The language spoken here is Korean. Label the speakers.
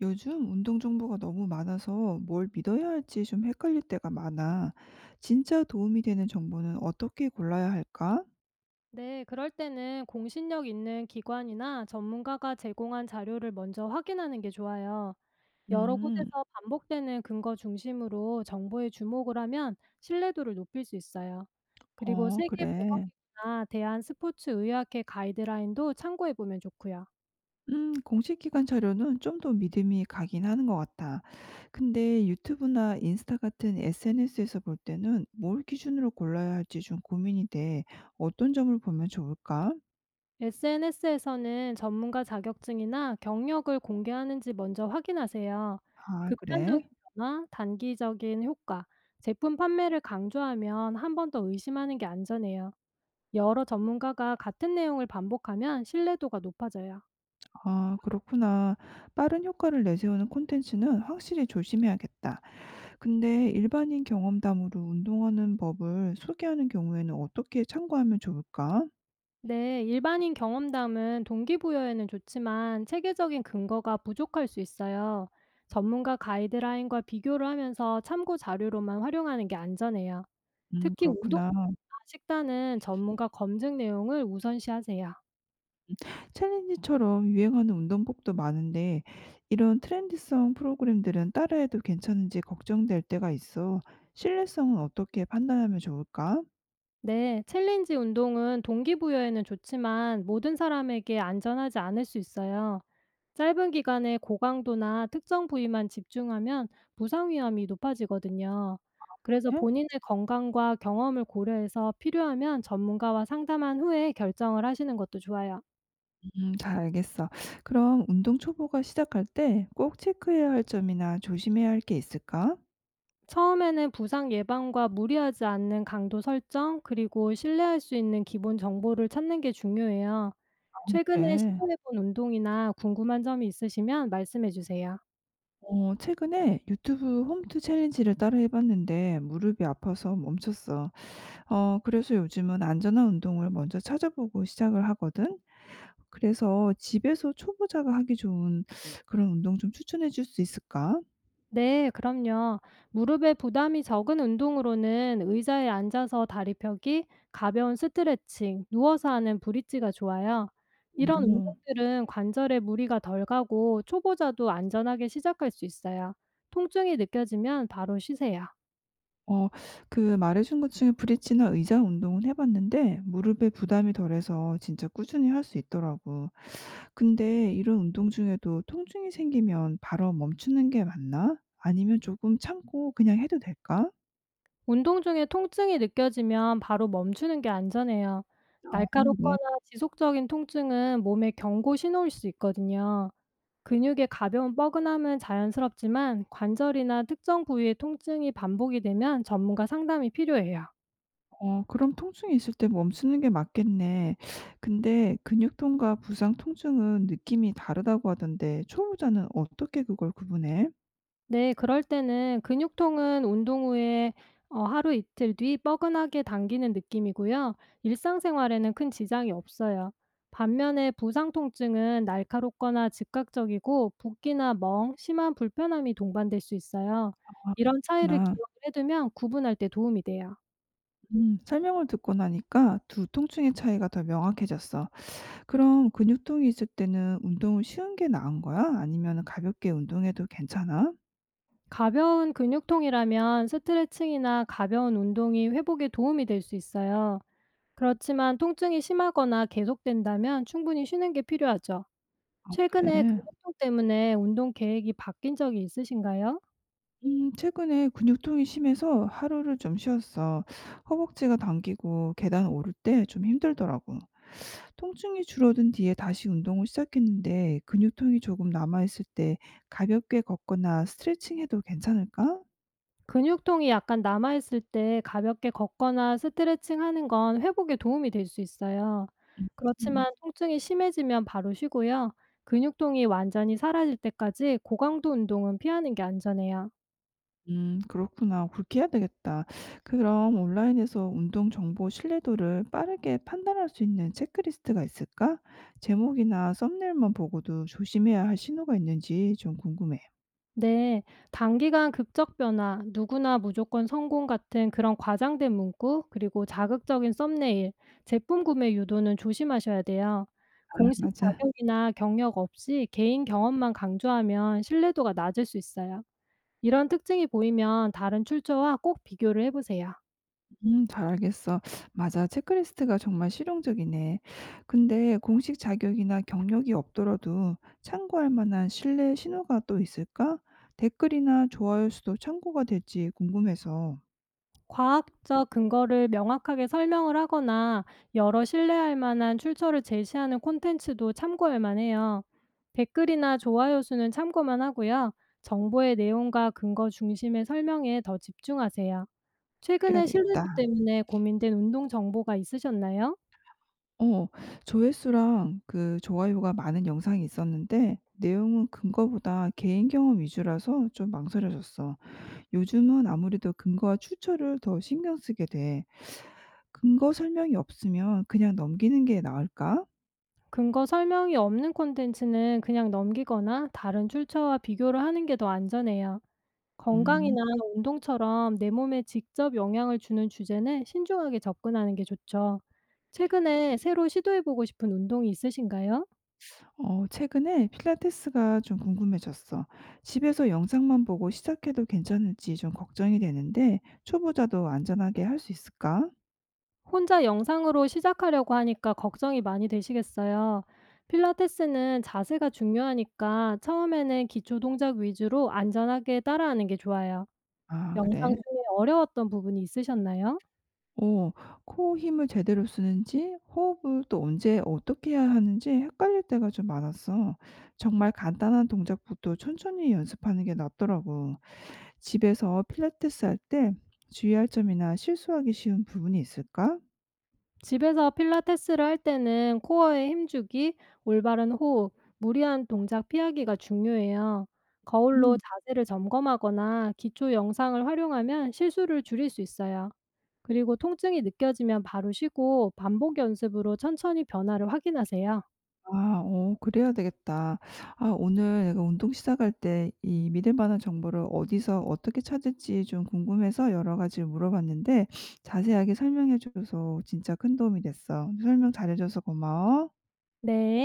Speaker 1: 요즘 운동 정보가 너무 많아서 뭘 믿어야 할지 좀 헷갈릴 때가 많아. 진짜 도움이 되는 정보는 어떻게 골라야 할까?
Speaker 2: 네, 그럴 때는 공신력 있는 기관이나 전문가가 제공한 자료를 먼저 확인하는 게 좋아요. 여러
Speaker 1: 음,
Speaker 2: 곳에서 반복되는 근거 중심으로 정보에 주목을 하면 신뢰도를 높일 수 있어요. 그리고
Speaker 1: 어, 그래.
Speaker 2: 세계보건기구나 대한스포츠의학회 가이드라인도 참고해 보면 좋고요.
Speaker 1: 공식 기관 자료는 좀 더 믿음이 가긴 하는 것 같아. 근데 유튜브나 인스타 같은 SNS에서 볼 때는 뭘 기준으로 골라야 할지 좀 고민이 돼. 어떤 점을 보면 좋을까?
Speaker 2: SNS에서는 전문가 자격증이나 경력을 공개하는지 먼저 확인하세요.
Speaker 1: 아, 그래?
Speaker 2: 극단적인 변화, 단기적인 효과, 제품 판매를 강조하면 한 번 더 의심하는 게 안전해요. 여러 전문가가 같은 내용을 반복하면 신뢰도가 높아져요.
Speaker 1: 아, 그렇구나. 빠른 효과를 내세우는 콘텐츠는 확실히 조심해야겠다. 근데 일반인 경험담으로 운동하는 법을 소개하는 경우에는 어떻게 참고하면 좋을까?
Speaker 2: 네, 일반인 경험담은 동기부여에는 좋지만 체계적인 근거가 부족할 수 있어요. 전문가 가이드라인과 비교를 하면서 참고 자료로만 활용하는 게 안전해요. 특히 운동이나
Speaker 1: 그렇구나.
Speaker 2: 식단은 전문가 검증 내용을 우선시하세요.
Speaker 1: 챌린지처럼 유행하는 운동법도 많은데, 이런 트렌디성 프로그램들은 따라해도 괜찮은지 걱정될 때가 있어. 신뢰성은 어떻게 판단하면 좋을까?
Speaker 2: 네, 챌린지 운동은 동기부여에는 좋지만 모든 사람에게 안전하지 않을 수 있어요. 짧은 기간에 고강도나 특정 부위만 집중하면 부상 위험이 높아지거든요. 그래서
Speaker 1: 네?
Speaker 2: 본인의 건강과 경험을 고려해서 필요하면 전문가와 상담한 후에 결정을 하시는 것도 좋아요.
Speaker 1: 잘 알겠어. 그럼 운동 초보가 시작할 때 꼭 체크해야 할 점이나 조심해야 할 게 있을까?
Speaker 2: 처음에는 부상 예방과 무리하지 않는 강도 설정, 그리고 신뢰할 수 있는 기본 정보를 찾는 게 중요해요. 최근에
Speaker 1: 그래.
Speaker 2: 시도해 본 운동이나 궁금한 점이 있으시면 말씀해 주세요.
Speaker 1: 어, 최근에 유튜브 홈트 챌린지를 따라 해봤는데 무릎이 아파서 멈췄어. 어, 그래서 요즘은 안전한 운동을 먼저 찾아보고 시작을 하거든. 그래서 집에서 초보자가 하기 좋은 그런 운동 좀 추천해 줄 수 있을까?
Speaker 2: 네, 그럼요. 무릎에 부담이 적은 운동으로는 의자에 앉아서 다리 펴기, 가벼운 스트레칭, 누워서 하는 브릿지가 좋아요. 이런
Speaker 1: 음.
Speaker 2: 운동들은 관절에 무리가 덜 가고 초보자도 안전하게 시작할 수 있어요. 통증이 느껴지면 바로 쉬세요.
Speaker 1: 어 그 말해 준 것 중에 브릿지나 의자 운동은 해 봤는데 무릎에 부담이 덜해서 진짜 꾸준히 할 수 있더라고. 근데 이런 운동 중에도 통증이 생기면 바로 멈추는 게 맞나? 아니면 조금 참고 그냥 해도 될까?
Speaker 2: 운동 중에 통증이 느껴지면 바로 멈추는 게 안전해요.
Speaker 1: 그래
Speaker 2: 날카롭거나 지속적인 통증은 몸의 경고 신호일 수 있거든요. 근육의 가벼운 뻐근함은 자연스럽지만 관절이나 특정 부위의 통증이 반복이 되면 전문가 상담이 필요해요.
Speaker 1: 어 그럼 통증이 있을 때 멈추는 게 맞겠네. 근데 근육통과 부상 통증은 느낌이 다르다고 하던데 초보자는 어떻게 그걸 구분해?
Speaker 2: 네. 그럴 때는 근육통은 운동 후에 하루 이틀 뒤 뻐근하게 당기는 느낌이고요. 일상생활에는 큰 지장이 없어요. 반면에 부상 통증은 날카롭거나 즉각적이고 붓기나 멍, 심한 불편함이 동반될 수 있어요. 이런 차이를
Speaker 1: 구나.
Speaker 2: 기억을 해 두면 구분할 때 도움이 돼요.
Speaker 1: 설명을 듣고 나니까 두 통증의 차이가 더 명확해졌어. 그럼 근육통이 있을 때는 운동을 쉬운 게 나은 거야? 아니면 가볍게 운동해도 괜찮아?
Speaker 2: 가벼운 근육통이라면 스트레칭이나 가벼운 운동이 회복에 도움이 될 수 있어요. 그렇지만 통증이 심하거나 계속된다면 충분히 쉬는 게 필요하죠.
Speaker 1: 아
Speaker 2: 최근에
Speaker 1: 그래.
Speaker 2: 근육통 때문에 운동 계획이 바뀐 적이 있으신가요?
Speaker 1: 최근에 근육통이 심해서 하루를 좀 쉬었어. 허벅지가 당기고 계단 오를 때 좀 힘들더라고. 통증이 줄어든 뒤에 다시 운동을 시작했는데 근육통이 조금 남아있을 때 가볍게 걷거나 스트레칭 해도 괜찮을까?
Speaker 2: 근육통이 약간 남아있을 때 가볍게 걷거나 스트레칭 하는 건 회복에 도움이 될 수 있어요.
Speaker 1: 음.
Speaker 2: 그렇지만 통증이 심해지면 바로 쉬고요. 근육통이 완전히 사라질 때까지 고강도 운동은 피하는 게 안전해요.
Speaker 1: 그렇구나. 그렇게 해야 되겠다. 그럼 온라인에서 운동 정보 신뢰도를 빠르게 판단할 수 있는 체크리스트가 있을까? 제목이나 썸네일만 보고도 조심해야 할 신호가 있는지 좀 궁금해.
Speaker 2: 네, 단기간 극적 변화, 누구나 무조건 성공 같은 그런 과장된 문구, 그리고 자극적인 썸네일, 제품 구매 유도는 조심하셔야 돼요.
Speaker 1: 아
Speaker 2: 공식
Speaker 1: 맞아.
Speaker 2: 자격이나 경력 없이 개인 경험만 강조하면 신뢰도가 낮을 수 있어요. 이런 특징이 보이면 다른 출처와 꼭 비교를 해보세요.
Speaker 1: 잘 알겠어. 맞아. 체크리스트가 정말 실용적이네. 근데 공식 자격이나 경력이 없더라도 참고할 만한 신뢰 신호가 또 있을까? 댓글이나 좋아요 수도 참고가 될지 궁금해서
Speaker 2: 과학적 근거를 명확하게 설명을 하거나 여러 신뢰할 만한 출처를 제시하는 콘텐츠도 참고할 만해요. 댓글이나 좋아요 수는 참고만 하고요. 정보의 내용과 근거 중심의 설명에 더 집중하세요.
Speaker 1: 그래야
Speaker 2: 최근에 신뢰도
Speaker 1: 되겠다.
Speaker 2: 때문에 고민된 운동 정보가 있으셨나요?
Speaker 1: 어. 조회수랑 그 좋아요가 많은 영상이 있었는데 내용은 근거보다 개인 경험 위주라서 좀 망설여졌어. 요즘은 아무래도 근거와 출처를 더 신경 쓰게 돼. 근거 설명이 없으면 그냥 넘기는 게 나을까?
Speaker 2: 근거 설명이 없는 콘텐츠는 그냥 넘기거나 다른 출처와 비교를 하는 게 더 안전해요.
Speaker 1: 음.
Speaker 2: 건강이나 운동처럼 내 몸에 직접 영향을 주는 주제는 신중하게 접근하는 게 좋죠. 최근에 새로 시도해보고 싶은 운동이 있으신가요?
Speaker 1: 어 최근에 필라테스가 좀 궁금해졌어. 집에서 영상만 보고 시작해도 괜찮을지 좀 걱정이 되는데 초보자도 안전하게 할 수 있을까?
Speaker 2: 혼자 영상으로 시작하려고 하니까 걱정이 많이 되시겠어요. 필라테스는 자세가 중요하니까 처음에는 기초 동작 위주로 안전하게 따라하는 게 좋아요.
Speaker 1: 아
Speaker 2: 영상
Speaker 1: 그래.
Speaker 2: 중에 어려웠던 부분이 있으셨나요?
Speaker 1: 어 코 힘을 제대로 쓰는지 호흡을 또 언제 어떻게 해야 하는지 헷갈릴 때가 좀 많았어. 정말 간단한 동작부터 천천히 연습하는 게 낫더라고. 집에서 필라테스 할 때 주의할 점이나 실수하기 쉬운 부분이 있을까?
Speaker 2: 집에서 필라테스를 할 때는 코어에 힘주기, 올바른 호흡, 무리한 동작 피하기가 중요해요. 거울로 자세를 점검하거나 기초 영상을 활용하면 실수를 줄일 수 있어요. 그리고 통증이 느껴지면 바로 쉬고 반복 연습으로 천천히 변화를 확인하세요.
Speaker 1: 아 어 그래야 되겠다. 아 오늘 내가 운동 시작할 때 이 믿을 만한 정보를 어디서 어떻게 찾을지 좀 궁금해서 여러 가지 물어봤는데 자세하게 설명해 줘서 진짜 큰 도움이 됐어. 설명 잘해 줘서 고마워.
Speaker 2: 네.